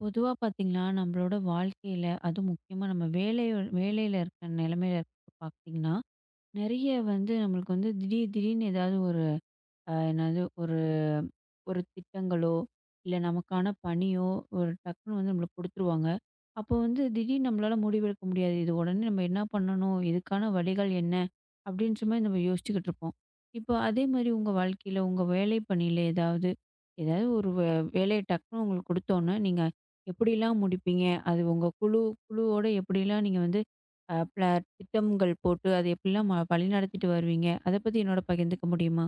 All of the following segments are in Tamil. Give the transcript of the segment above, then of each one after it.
பொதுவா பார்த்தீங்கன்னா, நம்மளோட வாழ்க்கையில அதுவும் முக்கியமா நம்ம வேலையோ வேலையில இருக்க நிலைமையில பாத்தீங்கன்னா, நெறைய நம்மளுக்கு திடீர் திடீர்னு ஏதாவது ஒரு அ என்னது ஒரு ஒரு திட்டங்களோ, இல்ல நமக்கான பணியோ, ஒரு டக்குன்னு வந்து நம்மளுக்கு குடுத்துருவாங்க. அப்போ வந்து திடீர்னு நம்மளால முடிவெடுக்க முடியாது. இது உடனே நம்ம என்ன பண்ணணும்? இதுக்கான வழிகள் என்ன? அப்படின்ற மாரி நம்ம யோசிச்சுக்கிட்டு இருப்போம். இப்போ அதே மாரி உங்க வாழ்க்கையில, உங்க வேலை பணியில ஏதாவது, ஏதாவது ஒரு வேலைய டக்குன்னு உங்களுக்கு குடுத்தோன்னே, நீங்க எப்படிலாம் முடிப்பீங்க? அது உங்க குழுவோட எப்படிலாம் நீங்க வந்து அ பிள திட்டங்கள் போட்டு, அதை எப்படிலாம் வழிநடத்திட்டு வருவீங்க? அத பத்தி என்னோட பகிர்ந்துக்க முடியுமா?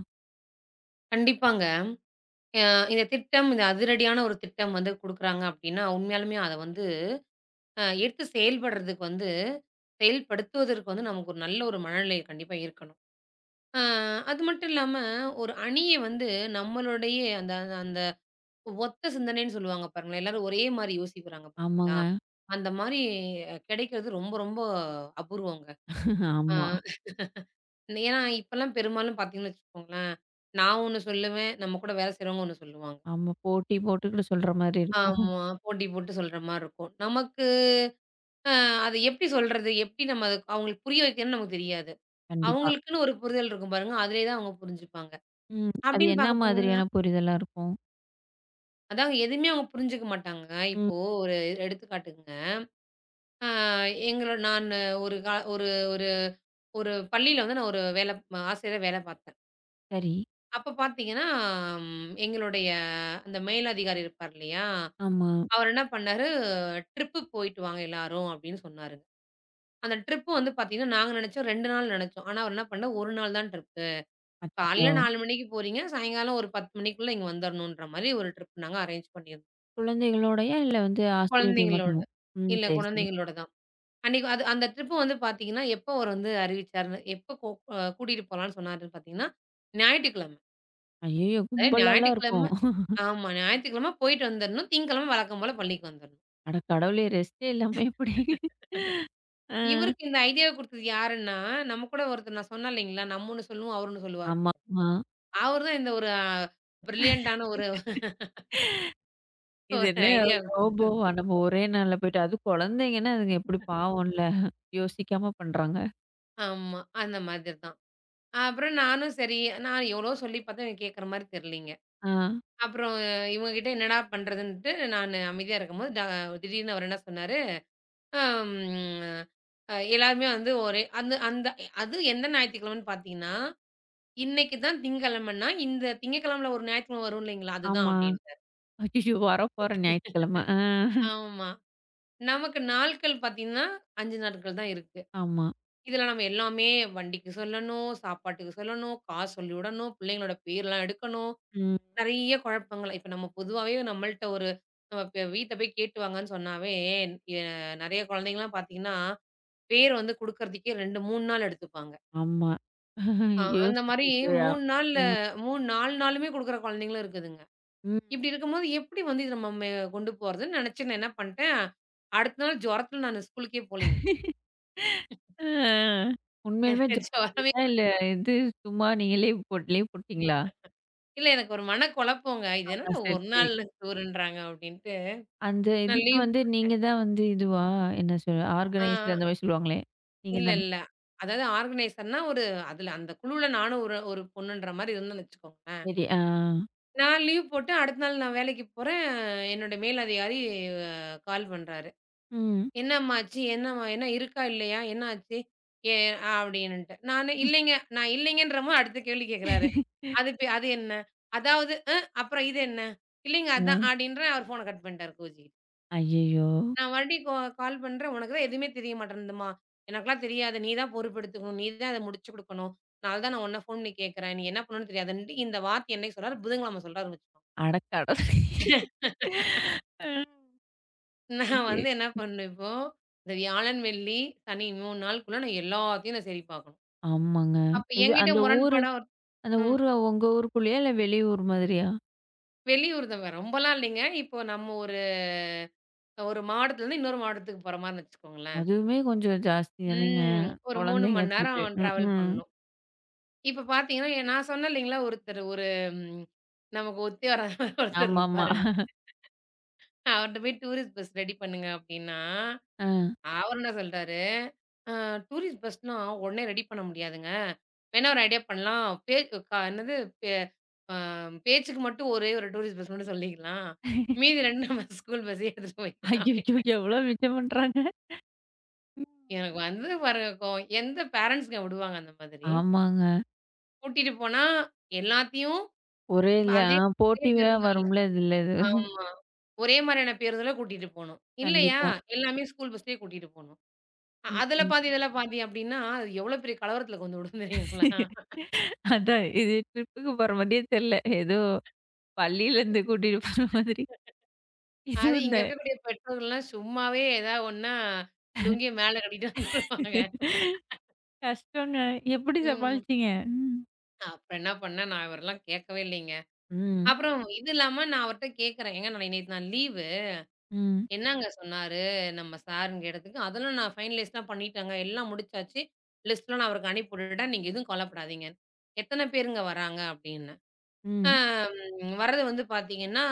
கண்டிப்பாங்க. அ இந்த திட்டம், இந்த அதிரடியான ஒரு திட்டம் வந்து குடுக்குறாங்க அப்டின்னா, உண்மையாலுமே அத வந்து எடுத்து செயல்படுறதுக்கு வந்து செயல்படுத்துவதற்கு வந்து நமக்கு ஒரு நல்ல ஒரு மனநிலை கண்டிப்பா இருக்கணும். அ அது மட்டும் இல்லாம, ஒரு அணிய வந்து நம்மளுடைய அந்த அந்த அந்த ஒத்த சிந்தனைன்னு சொல்லுவாங்க பாருங்களேன். எல்லாரும் ஒரே மாரி யோசிக்கிறாங்க ஆ. பாத்தீங்களா? ஆமாங்க. அந்த மாரி கெடைக்கிறது ரொம்ப ரொம்ப அபூர்வங்க. அ ஆமா. ஏன்னா இப்பலாம் பெரும்பாலும் பாத்தீங்கன்னு வச்சுக்கோங்களேன், நான் ஒண்ணு சொல்லுவேன், நம்ம கூட வேலை செய்றவங்க ஒண்ணு சொல்லுவாங்க. ஆமா. போட்டி போட்டுக்கிட்டு சொல்ற மாரி இருக்கும். ஆமா. போட்டி போட்டு சொல்ற மாரி இருக்கும். நமக்கு அ அது எப்படி சொல்றது? எப்படி நம்ம அத அவங்களுக்கு புரிய வைக்கணும்னு நமக்கு தெரியாது. கண்டிப்பா. அவங்களுக்குன்னு ஒரு புரிதல் இருக்கும் பாருங்க. அதிலேயே தான் அவங்க புரிஞ்சுப்பாங்க. ம். அது அப்படின்னு என்ன பார்க்க போனீங்கன்னா மாதிரியான புரிதலா இருக்கும்? அதாங்க எதுவுமே அவங்க புரிஞ்சுக்க மாட்டாங்க. ம். இப்போ ஒரு எடுத்துக்காட்டுக்குங்க. அ எங்களோட நானு ஒரு ஒரு ஒரு பள்ளியில வந்து நான் ஒரு வேல ஆசிரியரா வேல பார்த்தேன். சரி. அப்ப பார்த்தீங்கன்னா, எங்களுடைய அந்த மேலதிகாரி இருப்பார் இல்லையா? ஆமா. அவர் என்ன பண்ணாரு, "ட்ரிப்பு போயிட்டு வாங்க எல்லாரும்" அப்படின்னு சொன்னாருங்க. அந்த ட்ரிப் வந்து பார்த்தீங்கன்னா, நாங்க நெனச்சோம் 2 நாள் நெனச்சோம். ஆனா அவர் என்ன பண்ணாரு 1 நாள் தான் ட்ரிப்பு. அச்சச்சோ! காலையில 4 மணிக்கு போறீங்க, சாயங்காலம் ஒரு 10 மணிக்குள்ள இங்க வந்துரணுன்ற மாரி ஒரு ட்ரிப் நாங்க அரேஞ்ச் பண்ணியிருந்தோம். குழந்தைகளோடயா? இல்ல வந்து ஆசிரியர்கள் குழந்தைங்களோட. மட்டுமா? ம். இல்ல சரி, சரி. குழந்தைங்களோட தான். அன்னைக்கு அது அந்த ட்ரிப் வந்து பார்த்தீங்கன்னா, எப்போ அவர் வந்து அறிவிச்சாருன்னு, எப்போ கூ அ கூட்டிட்டு போலான்னு சொன்னாருன்னு பார்த்தீங்கன்னா, ஞாயிற்றுக்கிழமை. ஐயய்யோ! அதாவது கும்பலாலாம் இருக்கும். ஞாயிற்றுக்கிழமை ஆமா. ஞாயிற்றுக்கிழமை போயிட்டு வந்துரணும். திங்கட்கிழமை வழக்கம் போல பள்ளிக்கு வந்துரணும். அட கடவுளே! ரெஸ்ட்டே இல்லாம எப்படி? ஆ. இவருக்கு இந்த ஐடியாவ குடுத்தது யாருன்னா, நம்ம கூட ஒருத்தர் நான் சொன்னேன் இல்லைங்களா? நம்ம ஒண்ணு சொல்லுவோம், அவர் ஒண்ணு சொல்லுவாருன்னு. ஆமாமா. அவரு தான் இந்த ஒரு அ பிரில்லியன்ட்டான ஒரு இது ஒரு என்ன ஐடியா குடுத்தது. ரோபோவா? நம்ம ஒரே நாள்ல போயிட்டு அதுவும் குழந்தைங்கன்னா, அதுங்க எப்படி பாவம்ல. யோசிக்காம பண்றாங்க. ஆமா. அந்த மாதிரி தான். அப்புறம் நானும் சரி, நான் எவ்வளவோ சொல்லி பார்த்தேன். எனக்கு கேட்கற மாரி தெரியலீங்க. ஆ. அப்புறம் இவங்க கிட்ட என்னடா பண்றதுன்ட்டு நானு அமைதியா இருக்கும்போது, திடீர்னு அவரு என்ன சொன்னாரு, அம் அ எல்லாருமே வந்து ஒரே அந்த அந்த அது எந்த ஞாயித்துக்கிழமைன்னு பார்த்தீங்கன்னா, "இன்னைக்கு தான் திங்கக்கிழமைன்னா, இந்த திங்கக்கிழமைல ஒரு ஞாயித்துக்கிழமை வரும் இல்லைங்களா? அதுதான்" ஆமா. அப்படின்ட்டாரு. அச்சச்சோ! வரப்போற ஞாயித்துக்கிழமை. ஆ. ஆமா. நமக்கு நாட்கள் பார்த்தீங்கன்னா, 5 நாட்கள் தான் இருக்கு. ஆமா. இதுல நம்ம எல்லாமே வண்டிக்கு சொல்லணும், சாப்பாட்டுக்கு சொல்லணும், காசு சொல்லி விடணும், பிள்ளைங்களோட பேர்லாம் எடுக்கணும். ம். நெறைய குழப்பங்கள். இப்ப நம்ம பொதுவாவே நம்மள்ட்ட ஒரு நம்ம இப்ப வீட்ல போய் கேட்டு வாங்கன்னு சொன்னாவே, எ நெறைய குழந்தைங்கலாம் பார்த்தீங்கன்னா, பேர் வந்து குடுக்கறதுக்கே 2, 3 நாள் எடுத்துப்பாங்க. ஆமா. ஐயோ! அந்த மாரி அ 3 நாள்ல ம். 3 4 நாளுமே குடுக்குற குழந்தைங்களும் இருக்குதுங்க. ம். இப்டி இருக்கும்போது எப்படி வந்து இத நம்ம கொண்டு போறதுன்னு நெனச்சு நான் என்ன பண்ட்டேன், அடுத்த நாள் ஜொரத்துல நானு ஸ்கூலுக்கே போலீங்க. ஆ. உண்மையிலுமே எனக்கு ஜுரம் ஜொரமே வந்துச்சா? இல்ல இது சும்மா நீங்க லீவ் போட்டீங்களா? இல்ல எனக்கு ஒரு மனக்குழப்பங்க. இது ஆ என்னடா சரி, ஒரு சரி. நாள் டூருன்றாங்க அப்டின்ட்டு. அந்த நான் இதுக்கு லீவ் வந்து நீங்க தான் வந்து இதுவா? என்ன சொல் ஆ ஆர்கனைசர் அந்த மாரி சொல்லுவாங்களே! நீங்க இல்ல, தானா? இல்ல. அதாவது ஆர்கனைசர்னா ஒரு அதுல அந்த குழுல நானும் ஒரு ஒரு பொண்ணுன்ற மாரி இருந்தேன்னு வச்சுக்கோங்களேன். சரி. ஆ. நான் லீவ் போட்டு அடுத்த நாள் நான் வேலைக்கு போறேன். என்னோட மேல் அதிகாரி அ கால் பண்றாரு. ம். "என்னம்மா ஆச்சு? என்னம்மா என்ன இருக்கா? இல்லையா? என்ன ஆச்சு?" ஏ அப்டின்னுட்டு. நானு இல்லைங்க. நான் இல்லைங்கன்றமோ அடுத்த கேள்வி கேட்குறாரு. அது என்ன? அதாவது, அப்புறம் இது என்ன? இல்லைங்க ஆ. அதான் அப்டின்றேன். அவர் ஃபோன கட் பண்ணிட்டாரு கூஜி. ஐயய்யோ! நான் மறுபடியும் கால் பண்றேன். "உனக்கு தான் எதுவுமே தெரிய மாட்டேன்தும்மா. எனக்கெல்லாம் தெரியாது. நீ தான் பொறுப்பெடுத்துக்கணும். நீ தான் அத முடிச்சு குடுக்கணும். அதனால தான் நான் உன்ன ஃபோன் பண்ணி கேட்கிறேன். நீ என்ன பண்ணணும்னு தெரியாதுன்ட்டு" இந்த வார்த்தை என்னைக்கு சொல்றாரு? புதன்கிழமை சொல்றாருன்னு வச்சுக்கோங்க. அட கடவுளே! ஆ. நான் ஐயோ! வந்து என்ன பண்ணணும் இப்போ, இந்த வியாழன், வெள்ளி, சனி 3 நாளுக்குள்ள நான் எல்லாத்தையும் நான் சரி பார்க்கணும். ஆமாங்க. அப்ப இது என்கிட்ட முரண்பாடா ஒரு அந்த ம். ஊரு உங்க ஊருக்குள்ளேயா? இல்ல வெளியூர் மாதிரியா? வெளியூர் தான் வேற ரொம்பலாம் இல்லைங்க. இப்போ நம்ம ஒரு ஒரு மாவட்டத்துலருந்து இன்னொரு மாவட்டத்துக்கு போற மாரின்னு வச்சுக்கோங்களேன். அதுவுமே கொஞ்சம் ஜாஸ்தி தானேங்க. ம். ஒரு 3 குழந்தைங்க மணி வச்சுட்டு. நேரம் டிராவல் ம்ஹ்ம். பண்ணணும். இப்ப பார்த்தீங்கன்னா, நான் சொன்னேன் இல்லைங்களா, ஒருத்தர் ஒரு ம் நமக்கு ஒத்தே வராத ஒருத்தர் ஆமாமா. இருப்பாருன்ட்டு. அவர்ட்ட போய் டூரிஸ்ட் பஸ் ரெடி பண்ணுங்க அப்டின்னா, அ. அவரு என்ன சொல்ட்டாரு, "அ டூரிஸ்ட் பஸ்லாம் உடனே ரெடி பண்ண முடியாதுங்க. வேணா ஒரு ஐடியா பண்ணலாம். பே க என்னது பே அ பேச்சுக்கு மட்டும் ஒரே ஒரு டூரிஸ்ட் பஸ் மட்டும் சொல்லிக்கலாம். மீதி 2 நம்ம ஸ்கூல் பஸ்ஸே எடுத்துட்டு போய்க்கலாம்" ஐய்யய்யோ! அப்டின்னு. எவ்ளோ மிச்சம் பண்றாங்க. ம். எனக்கு வந்தது பாருங்க கோவம். எந்த பேரண்ட்ஸ்ங்க விடுவாங்க அந்த மாதிரி? ஆமாங்க. கூட்டிட்டு போனா எல்லாத்தையும் ஒரே இல்ல அதே ஆ ஒரே போட்டியா பேருந்துல வரும்ல இதுல இது. ஆமா. ஒரே மாரியான பேருந்துல கூட்டிட்டு போணும். இல்லையா, கண்டிப்பா. எல்லாமே ஸ்கூல் பஸ்லயே கூட்டிட்டு போணும். ம், அதுல ம். பாதி, இதுல பாதி அப்டின்னா, அது எவ்ளோ பெரிய கலவரத்துல கொண்டு விடும் தெரியுங்களா? அதான் இது ட்ரிப்புக்கு போற மாதிரியே தெர்ல. ஏதோ பள்ளியிலேருந்து கூட்டிட்டு போற மாதிரி. இது அது இந்த இங்க இருக்கக்கூடிய பெற்றோர்கள்லாம் சும்மாவே ஏதாவது ஒண்ணுன்னா, லுங்கிய மேல கட்டிட்டு வந்துருவாங்க. கஷ்டங்க. எப்படி ம். சமாளிச்சீங்க? ம். அப்புறம் என்ன பண்ணேன், நான் இவரெல்லாம் கேட்கவே இல்லைங்க. ம். அப்புறம் இது இல்லாம நான் அவர்ட்ட கேட்கிறேன். ஏங்க நான் நேத்து நான் லீவு. ம். என்னங்க சொன்னாரு நம்ம சாருன்னு கேட்டதுக்கு, "அதெல்லாம் நான் ஃபைனலைஸ்லாம் பண்ணிட்டேங்க. எல்லாம் முடிச்சாச்சு. லிஸ்ட்லாம் நான் அவருக்கு அனுப்பி விட்டுட்டேன். நீங்க எதுவும் கவலைப்படாதீங்க." "எத்தன பேருங்க வராங்க?" அப்படின்னேன். "அ ம். ம் வர்றது வந்து பார்த்தீங்கன்னா,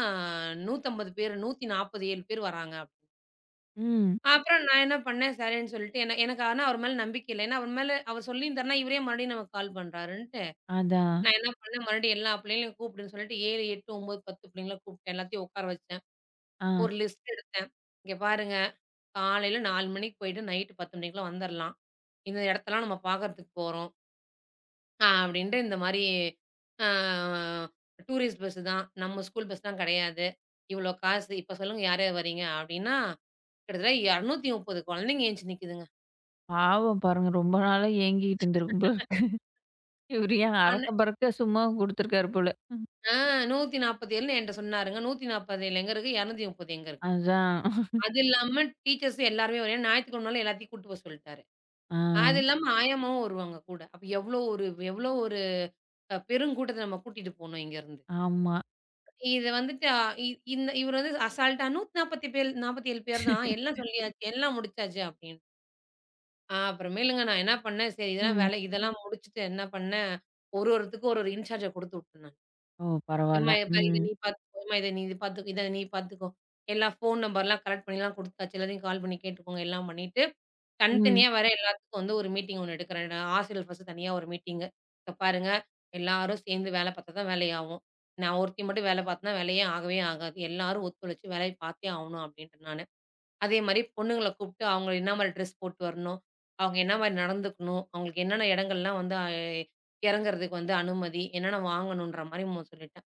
150 பேர் 147 பேர் வராங்க." ம். அப்புறம் நான் என்ன பண்ணேன், சரின்னு சொல்லிட்டு என எனக்கு ஆனா அவர் மேல நம்பிக்கை இல்ல. ஏன்னா, அவர் மேல அவர் சொல்லியிருந்தாருன்னா, இவரே மறுபடியும் நமக்கு கால் பண்றாருன்ட்டு, அதான். நான் என்ன பண்ணேன், மறுபடியும் எல்லா பிள்ளைங்களையும் கூப்பிடுன்னு சொல்லிட்டு 7, 8, 9, 10 பிள்ளைங்கள கூப்பிட்டேன். எல்லாத்தையும் உட்கார வச்சேன். ஆ. ஒரு லிஸ்ட் எடுத்தேன். "இங்க பாருங்க. காலையில 4 மணிக்கு போயிட்டு நைட்டு 10 மணிக்குள்ள வந்துரலாம். இந்த இடத்தெல்லாம் நம்ம பார்க்கறதுக்கு போறோம். அப்படின்ட்டு இந்த மாரி அ டூரிஸ்ட் பஸ் தான். நம்ம ஸ்கூல் பஸ்லாம் கிடையாது. இவ்வளோ காசு. இப்ப சொல்லுங்க யார் யார் வரீங்க? அப்படின்னா, கிட்டத்தட்ட 230 குழந்தைங்க எந்திச்சு நிக்குதுங்க. பாவம் பாருங்க. ரொம்ப நாளா ஏங்கிக்கிட்டு இருந்திருக்கும் போல இவரு ஏன் ஆனா அறக்க பறக்க சும்மா குடுத்துருக்காரு போல. ம். ஆ 147ன்னு என்ட்ட சொன்னாருங்க. 147 எங்க இருக்கு? 230 எங்க இருக்கு? அதான். அது இல்லாம டீச்சர்ஸ் எல்லாருமே வர ஞாயித்துக்கிழமனால எல்லாத்தையும் கூட்டு போக சொல்லிட்டாரு. ஆ, அது இல்லாம ஆயம்மாவும் வருவாங்க கூட. அப்ப எவ்வளோ ஒரு பெருங்கூட்டத்த நம்ம கூட்டிட்டு போணும் இங்கருந்து. ஆமா. இது வந்துட்டு அ இ இந்த இவர் வந்து அசால்ட்டா 147 பேர் 47 பேர் தான். எல்லாம் சொல்லியாச்சு, எல்லாம் முடிச்சாச்சு அப்படின்னு. அப்புறமேலுங்க நான் என்ன பண்ணேன், சரி இதெல்லாம் ம். வேலை இதெல்லாம் முடிச்சுட்டு என்ன பண்ணேன், ஒரு ஒருத்துக்கு ஒரு ஒரு இன்சார்ஜ குடுத்து விட்டேன் நான். ஓ! எம்மா பரவால்ல. எப்பா இத ம். நீ பார்த்துக்கோ, எம்மா இத நீ இது பார்த்துக்கோ, இத நீ பார்த்துக்கோ. எல்லா ஃபோன் நம்பர்லாம் கலெக்ட் பண்ணிலாம் குடுத்தாச்சு. எல்லாத்தையும் கால் பண்ணி கேட்டுக்கோங்க, எல்லாம் பண்ணிட்டு, ம். தனித்தனியா வேற எல்லாத்துக்கும் வந்து ஒரு மீட்டிங் ஒண்ணு எடுக்கிறேன். நான் ஆசிரியர்கள் ஃபர்ஸ்ட்டு தனியா ஒரு மீட்டிங்கு. "இங்க பாருங்க, எல்லாரும் சேர்ந்து வேலை பார்த்தா தான் வேலையாகும். நான் ஒருத்தி மட்டும் வேலை பார்த்தேன்னா வேலையே ஆகவே ஆகாது. எல்லாரும் ஒத்துழைச்சு வேலைய பார்த்தே ஆவணும்" அப்படின்ட்டேன் நானு. அதே மாரி பொண்ணுங்கள கூப்ட்டு அவங்க என்ன மாரி ட்ரெஸ் போட்டு வரணும், அவங்க என்ன மாரி நடந்துக்கணும், அவங்களுக்கு என்னென்ன இடங்கள்லாம் வந்து இறங்குறதுக்கு வந்து அனுமதி, என்னென்ன வாங்கணுன்ற மாரி சொல்லிட்டேன்.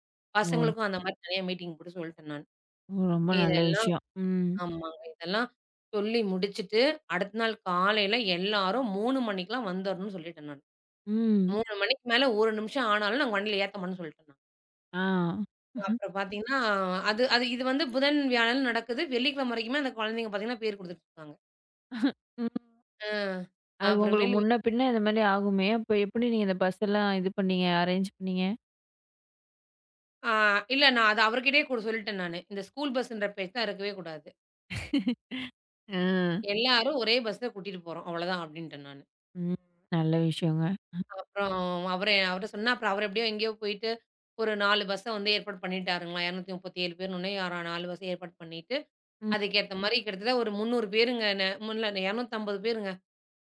ஓ! பசங்களுக்கும் அந்த மாரி தனியா மீட்டிங் போட்டு சொல்லிட்டேன் நான். ஓ! ரொம்ப நல்ல இதெல்லாம் விஷயம். ம். ஆமாங்க. இதெல்லாம் சொல்லி முடிச்சுட்டு, அடுத்த நாள் காலையில எல்லாரும் 3 மணிக்கெல்லாம் வந்துரணும்னு சொல்லிட்டேன் நான். ம். 3 மணிக்கு மேல 1 நிமிஷம் ஆனாலும் நாங்க வண்டியில ஏத்த மாட்டோம்னு சொல்லிட்டேன் நான். ஆ. அப்புறம் பார்த்தீங்கன்னா, அது அது இது வந்து புதன், வியாழன் நடக்குது. வெள்ளிக்கிழமை வரைக்குமே அந்த குழந்தைங்க பார்த்தீங்கன்னா பேர் குடுத்துட்டுருக்காங்க. ம். அ. அது உங்களுக்கு அப்புறமேலு முன்ன பின்ன இந்த மாரி ஆகுமே! அப்ப எப்படி நீங்க இந்த பஸ் எல்லாம் இது பண்ணீங்க? அரேஞ்ச் பண்ணீங்க? ஆ, இல்ல நான் அது அவர்கிட்டயே கூட சொல்லிட்டேன் நானு. இந்த ஸ்கூல் பஸ்ன்ற பேச்செல்லாம் இருக்கவே கூடாது. ஆ. எல்லாரும் ஒரே பஸ்ல கூட்டிட்டு போறோம். அவ்வளதான் அப்டின்ட்டேன் நானு. ம். நல்ல விஷயங்க. அப்புறம் அவரு அவரு சொன்னா அப்புறம் அவரு எப்படியோ எங்கேயோ போயிட்டு ஒரு 4 பஸ்ஸ வந்து ஏற்பாடு பண்ணிட்டாருங்களாம். 237 பேருன்னோனே, யாரா 4 பஸ் ஏற்பாடு பண்ணிட்டு, ம். அதுக்கேத்த மாரி கிட்டத்தட்ட ஒரு 300 பேருங்க முன்ல 250 பேருங்க.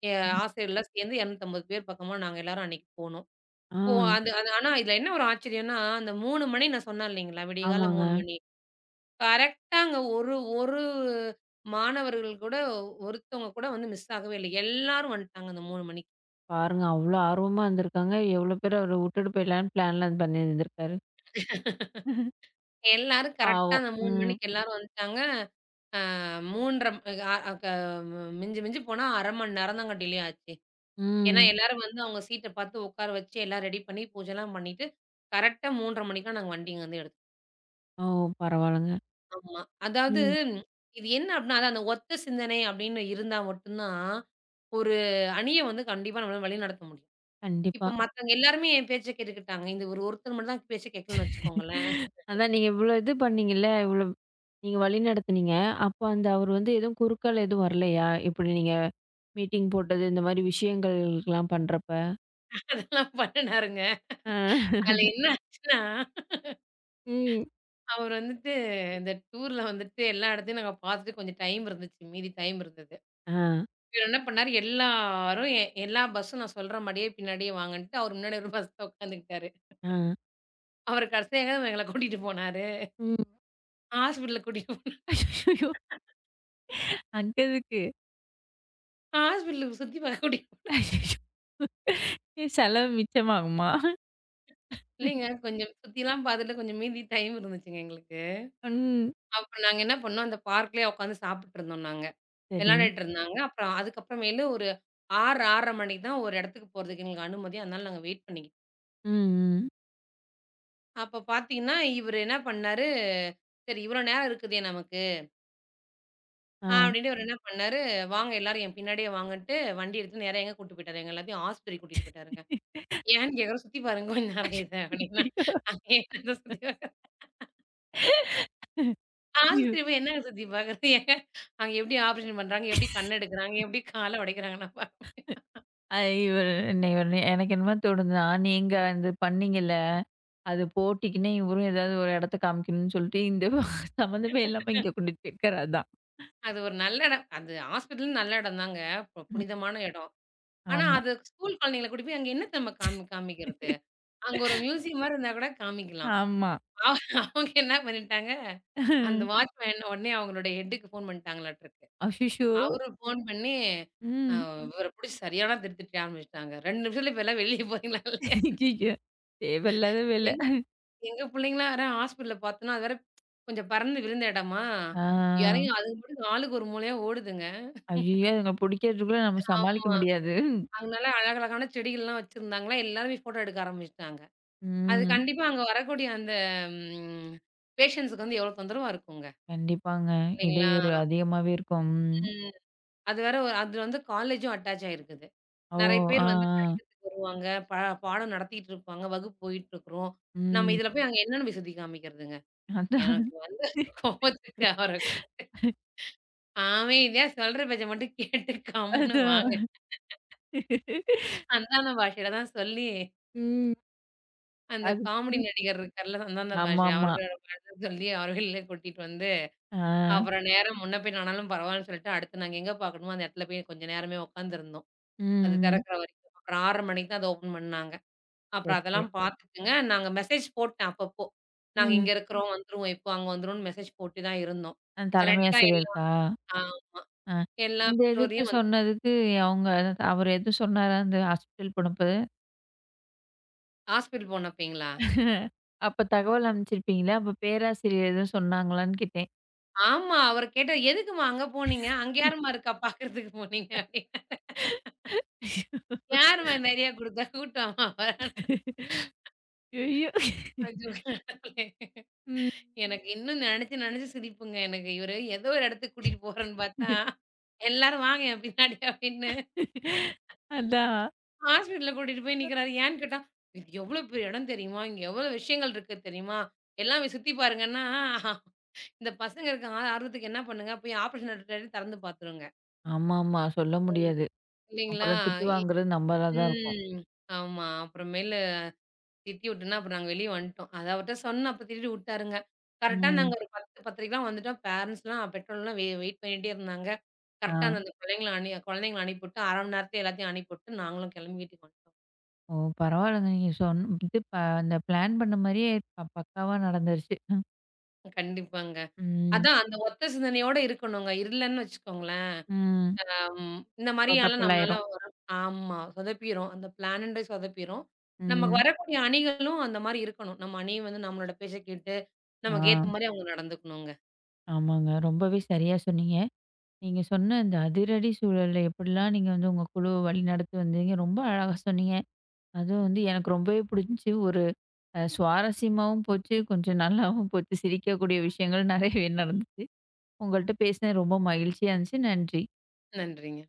எ ம். ஆசிரியர்லாம் சேர்ந்து 250 பேர் பக்கமா நாங்க எல்லாரும் அன்னைக்கு போனோம். ஆ, போ அது அது ஆனா இதுல என்ன ஒரு ஆச்சரியம்னா, அந்த 3 மணி நான் சொன்னேன் இல்லைங்களா? விடியகாலைல 3 ஆமாங்க. மணி. கரெக்ட்டா அங்க ஒரு ஒரு மாணவர்கள் கூட ஒருத்தவங்க கூட வந்து மிஸ் ஆகவே இல்ல. எல்லாரும் வந்துட்டாங்க அந்த 3 மணிக்கு. பாருங்க அவ்ளோ ஆர்வமா இருந்திருக்காங்க. எவ்ளோ பேர அவர வுட்டுட்டு போயிடலான்னு பிளான்லாம் பண்ணியிருந்திருக்காரு. எல்லாரும் கரெக்ட்டா பாவம். அந்த 3 ம். மணிக்கு எல்லாரும் வந்துட்டாங்க. அ 3:30 அ அ க மிஞ்சி மிஞ்சி போனா 1/2 மணி நேரம் தாங்க டிலே ஆச்சு. ஏன்னா ம். எல்லாரும் வந்து அவங்க சீட்ட பார்த்து உட்கார வச்சு எல்லாம் ரெடி பண்ணி பூஜைலாம் பண்ணிட்டு, கரெக்ட்டா 3:30 மணிக்கெல்லாம் நாங்க வண்டி இங்கருந்து எடுத்தோம். ஓ! பரவால்லங்க. ஆமா. அதாவது ம். ம், இது என்ன அப்படின்னா, அதான் அந்த ஒத்த சிந்தனை அப்படின்னு இருந்தா மட்டும் தான், ஒரு அணிய வந்து கண்டிப்பா நம்மளால வழிநடத்த முடியும். கண்டிப்பா. இப்ப மத்தவங்க எல்லாருமே என் பேச்ச கேட்டுக்கிட்டாங்க. இந்த ஒரு ஒருத்தர் மட்டும் தான் பேச்ச கேட்கலன்னு வச்சுக்கோங்களேன். அதான் நீங்க இவ்ளோ இது பண்ணீங்கல்ல, இவ்ளோ நீங்க வழிநடத்துனீங்க. அப்ப அந்த அவரு வந்து எதுவும் குறுக்கால எதுவும் வரலையா? இப்டி நீங்க மீட்டிங் போட்டது, இந்த மாரி விஷயங்கள்லாம் பண்றப்ப? நல்லா பண்ணுனாருங்க. ஆ. அதுல என்ன ஆச்சுன்னா, ம். அவர் வந்துட்டு இந்த டூர்ல வந்துட்டு எல்லா இடத்தையும் நாங்க பார்த்துட்டு கொஞ்சம் டைம் இருந்துச்சு. மீதி டைம் இருந்தது. ஆ, இவரு என்ன பண்ணாரு, எல்லாரும் எல்லா பஸ்ஸும் நான் சொல்ற மாரியே பின்னாடியே வாங்கன்ட்டு, அவர் முன்னாடி ஒரு பஸ்ல உட்காந்துக்கிட்டாரு. ஆ. அவரு கடைசியா எங்கள கூட்டிட்டு போனாரு. ம். ஹாஸ்பிட்டலுக்கு கூட்டிட்டு போனாரு. அய்யய்யோ! அங்க எதுக்கு? ஹாஸ்பிட்டலுக்கு சுத்தி பார்க்க கூட்டிட்டு போ- அய்யய்யோ! என் செலவு மிச்சமாகுமா? இல்லைங்க. கொஞ்சம் சுத்திலாம் பார்த்துட்டு கொஞ்சம் மீதி டைம் இருந்துச்சுங்க எங்களுக்கு. ம். அப்ப நாங்க என்ன பண்ணோம், அந்த பார்க்லயே உட்காந்து சாப்பிட்டுருந்தோம் நாங்க. சரி. விளையாண்டுட்டு இருந்தாங்க. அப்புறம் அதுக்கப்புறமேலு ஒரு 6, 6:30 மணிக்கு தான் ஒரு இடத்துக்கு போறதுக்கு எங்களுக்கு அனுமதி. அதனால நாங்க வெயிட் பண்ணிக்கிட்டு ம், ம். அப்ப பார்த்தீங்கன்னா, இவரு என்ன பண்ணாரு, "சரி இவ்வளோ நேரம் இருக்குதே நமக்கு" ஆ. அப்படின்னு இவரு என்ன பண்ணாரு, "வாங்க எல்லாரும் என் பின்னாடியே வாங்கன்ட்டு" வண்டி எடுத்து நேரா எங்க கூட்டிட்டு போயிட்டாரு, எங்க எல்லாத்தையும் ஆஸ்பத்திரிக்கு கூட்டிட்டு போயிட்டாருங்க. ஏன்னு கேட்குறோம், "சுத்தி பாருங்க கொஞ்ச நேரம் இத" அப்படின்னா, ஐயய்யோ! "அங்க என்னத்த சுத்தி பாக்க ஐயோ! ஆஸ்பத்திரி போய் என்னங்க சுத்தி பாக்குறது? அங்க எப்படி ஆப்ரேஷன் பண்றாங்க? எப்படி கண் எடுக்குறாங்க? எப்படி கால உடைக்கிறாங்க?" நான் பார்ப்பேன். அ இவரு எனக்கு என்னமோ தோணுதுன்னா, நீங்க வந்து பண்ணீங்கல்ல அது போட்டிக்குன்னே இவரும் ஏதாவது ஒரு இடத்த காமிக்கணும்னு சொல்லிட்டு, இந்த சம்மந்தமே இல்லாம இங்க கொண்டுட்டு போயிருக்காரு அதான். அது ஒரு நல்ல இடம். அது ஹாஸ்பிட்டலும் நல்ல இடம் தாங்க. ம். புனிதமான இடம். ஆனா, ஆமா. அது ஸ்கூல் குழந்தைங்கள கூட்டி போய் அங்க என்ன தெரியுமா காமிக்கிறது? அங்க ஒரு மியூசியம் மாரி இருந்தா கூட காமிக்கலாம். ஆமா. அவ அவங்க என்ன பண்ணிட்டாங்க, அந்த வாட்ச்மேன் உடனே அவங்களுடைய ஹெட்டுக்கு ஃபோன் பண்ணிட்டாங்களாட்டுருக்கு. அஷிஷோ! அவரு ஃபோன் பண்ணி, அ ம். ம். இவர புடிச்சு சரியான திட்டு திட்ட ஆரம்பிச்சுட்டாங்க. 2 நிமிஷத்துல இப்ப எல்லாம் வெளிய போறீங்களா இல்லையா? ஐயய்யோ! தேவையில்லாத வேலை. எங் எங்க பிள்ளைங்கலாம் வேற ஹாஸ்பிட்டல்ல பார்த்தோன்னா, அது வேற கொஞ்சம் பறந்து விரிந்த இடமா, ஆ. யாரையும் அது பாட்டுக்கு ஆளுக்கு ஒரு மூலையா ஓடுதுங்க. ஐயய்யோ! அதுங்க பிடிக்கிறதுக்குள்ள நம்ம சமாளிக்க ஆமா. முடியாது. அதனால அழகழகான செடிகள்லாம் வச்சிருந்தாங்களா, எல்லாருமே ஃபோட்டோ எடுக்க ஆரம்பிச்சுட்டாங்க. அது ம். கண்டிப்பா அங்க வரக்கூடிய அந்த ம் பேஷண்ட்ஸுக்கு வந்து எவ்வளோ தொந்தரவா இருக்குங்க. கண்டிப்பாங்க. இல்லைங்களா? இடையூறு அதிகமாவே இருக்கும். ம். ம். அது வேற ஒரு- அது வந்து காலேஜும் அட்டாச் ஆயிருக்குது. ஓ! நெறைய ஆ, பேர் ஆ. வந்து படிக்கிறதுக்கு வருவாங்க. பாடம் நடத்திட்டு இருப்பாங்க. வகுப்பு போயிட்டு இருக்கிறோம். நம்ம ம். இதுல போய் அங்க என்னன்னு போய் சுத்தி காமிக்கிறதுங்க? அதான். எனக்கு வந்து கோவத்துக்கு அவர கூப்ட்டு அமைதியா சொல்ற பேச்ச மட்டும் கேட்டு கம்முனு வாங்க. அதான். அந்தான பாஷையில தான் சொல்லி ம். அந்த அது காமெடி ம். நடிகர் இருக்கார்ல, சந்தான பாஷா ஆமாமா. அவரோட படத்தை சொல்லி அவர் வெளில கூட்டிட்டு வந்து, ஆ. அப்புறம் நேரம் முன்ன பின்ன ஆனாலும் பரவாயில்லன்னு சொல்லிட்டு, அடுத்து நாங்க எங்க பார்க்கணுமோ அந்த இடத்துல போய் கொஞ்ச நேரமே உட்காந்துருந்தோம். அது ம். ம். திறக்கிற வரைக்கும். அப்புறம் 6:30 மணிக்கு தான் அத ஓப்பன் பண்ணாங்க. சரி, அப்புறம் சரி. அதெல்லாம் பார்த்துட்டுங்க, நாங்க மெசேஜ் போட்டேன் அப்பப்போ. நாங்க ம். இங்க இருக்கிறோம், வந்துருவோம் இப்போ, அங்க வந்துருவோம்னு மெசேஜ் போட்டு தான் இருந்தோம். அ தலைமை கரெக்ட்டா ஆசிரியருக்கா? ஆமா. அ. எல்லா இந்த எதுக்கு பெற்றோரையும் வந்து சொன்னதுக்கு அவங்க அவரு எதுவும் சொன்னாரா? இந்த ஹாஸ்பிட்டல் போனப்போது? ஹாஸ்பிட்டல் போனப்பங்களா? அப்ப தகவல் அனுப்பிச்சிருப்பீங்களா? அப்ப பேராசிரியர் எதுவும் சொன்னாங்களான்னு கேட்டேன். ஆமா. அவரு கேட்டாரு, "எதுக்கும்மா அங்க போனீங்க? அங்க யாரும்மா இருக்கா பார்க்கறதுக்கு போனீங்க?" யாரும்மா நெறையா குடுத்தா? கூட்டமா? ஐயோ! ஐயோ! கடவுளே! ம். எனக்கு இன்னும் நெனச்சு நெனச்சு சிரிப்புங்க. எனக்கு இவரு ஏதோ ஒரு இடத்துக்கு கூட்டிட்டு போறேன்னு பார்த்தா, எல்லாரும் வாங்க என் பின்னாடி அப்படின்னு அதான். ஹாஸ்பிட்டல்ல கூட்டிட்டு போய் நிக்கிறாரு. ஏன்னு கேட்டா, "இது எவ்ளோ பெரிய இடம் தெரியுமா? இங்க எவ்ளோ விஷயங்கள் இருக்கு தெரியுமா? எல்லாம் போய் சுத்தி பாருங்கன்னா" இந்த பசங்க இருக்க ஆர்வத்துக்கு என்ன பண்ணுங்க, போய் ஆப்ரேஷன் தியேட்டர் திறந்து பார்த்துருங்க. ஆமாமா. சொல்ல ம். முடியாது. இல்லைங்களா? அப்புறம் திட்டு இ வாங்குறது நம்மளா தான் இருக்கும். ம். ஆமா. அப்புறமேலு திட்டி விட்டேன்னா, அப்புறம் நாங்க வெளிய வந்துட்டோம். அத அவர்ட்ட சொன்னேன். அப்ப திட்டி விட்டாருங்க. கரெக்ட்டா நாங்க ம். ஒரு 10, 10:30க்கலாம் வந்துட்டோம். பேரன்ட்ஸ்லாம், பெற்றோர்லாம் வெயிட் பண்ணிட்டே இருந்தாங்க. ஆ. கரெக்ட்டா அந்தந்த பிள்ளைங்கள குழந்தைங்கள அனுப்பிவிட்டு, 1/2 மணி நேரத்துல எல்லாத்தையும் அனுப்பிவிட்டு, நாங்களும் கிளம்பி வீட்டுக்கு வந்துட்டோம். ஓ! பரவாயில்லங்க. நீங்க சொன் இது ப அந்த பிளான் பண்ண மாரியே பக்காவா நடந்துருச்சு. கண்டிப்பாங்க. ம். அதான் அந்த ஒத்த சிந்தனையோட இருக்கணுங்க. இல்லன்னு வச்சுக்கோங்களேன், ம். இந்த மாரியால சொதப்பல் நம்மளால ஆயிரும். வரும் ஆமா. சொதப்பிரும். அந்த பிளான்ன்றே சொதப்பிரும். நமக்கு ம். வரக்கூடிய அணிகளும் அந்த மாரி இருக்கணும். நம்ம அணி வந்து நம்மளோட பேச்ச கேட்டு, ஆ, நமக்கு ஏத்த மாரி அவங்க நடந்துக்கணுங்க. ஆமாங்க. ரொம்பவே சரியா சொன்னீங்க. நீங்க சொன்ன இந்த அதிரடி சூழல்ல எப்படிலாம் நீங்க வந்து உங்க குழுவ வழிநடத்தி வந்தீங்க, ரொம்ப அழகா சொன்னீங்க. அதுவும் வந்து எனக்கு ரொம்பவே புடிச்சு. ஒரு அ சுவாரஸ்யமாவும் போச்சு, கொஞ்சம் நல்லாவும் போச்சு. சிரிக்கக்கூடிய விஷயங்கள் நெறையவே நடந்துச்சு. உங்கள்ட்ட பேசினது ரொம்ப மகிழ்ச்சியா இருந்துச்சு. நன்றி. நன்றிங்க.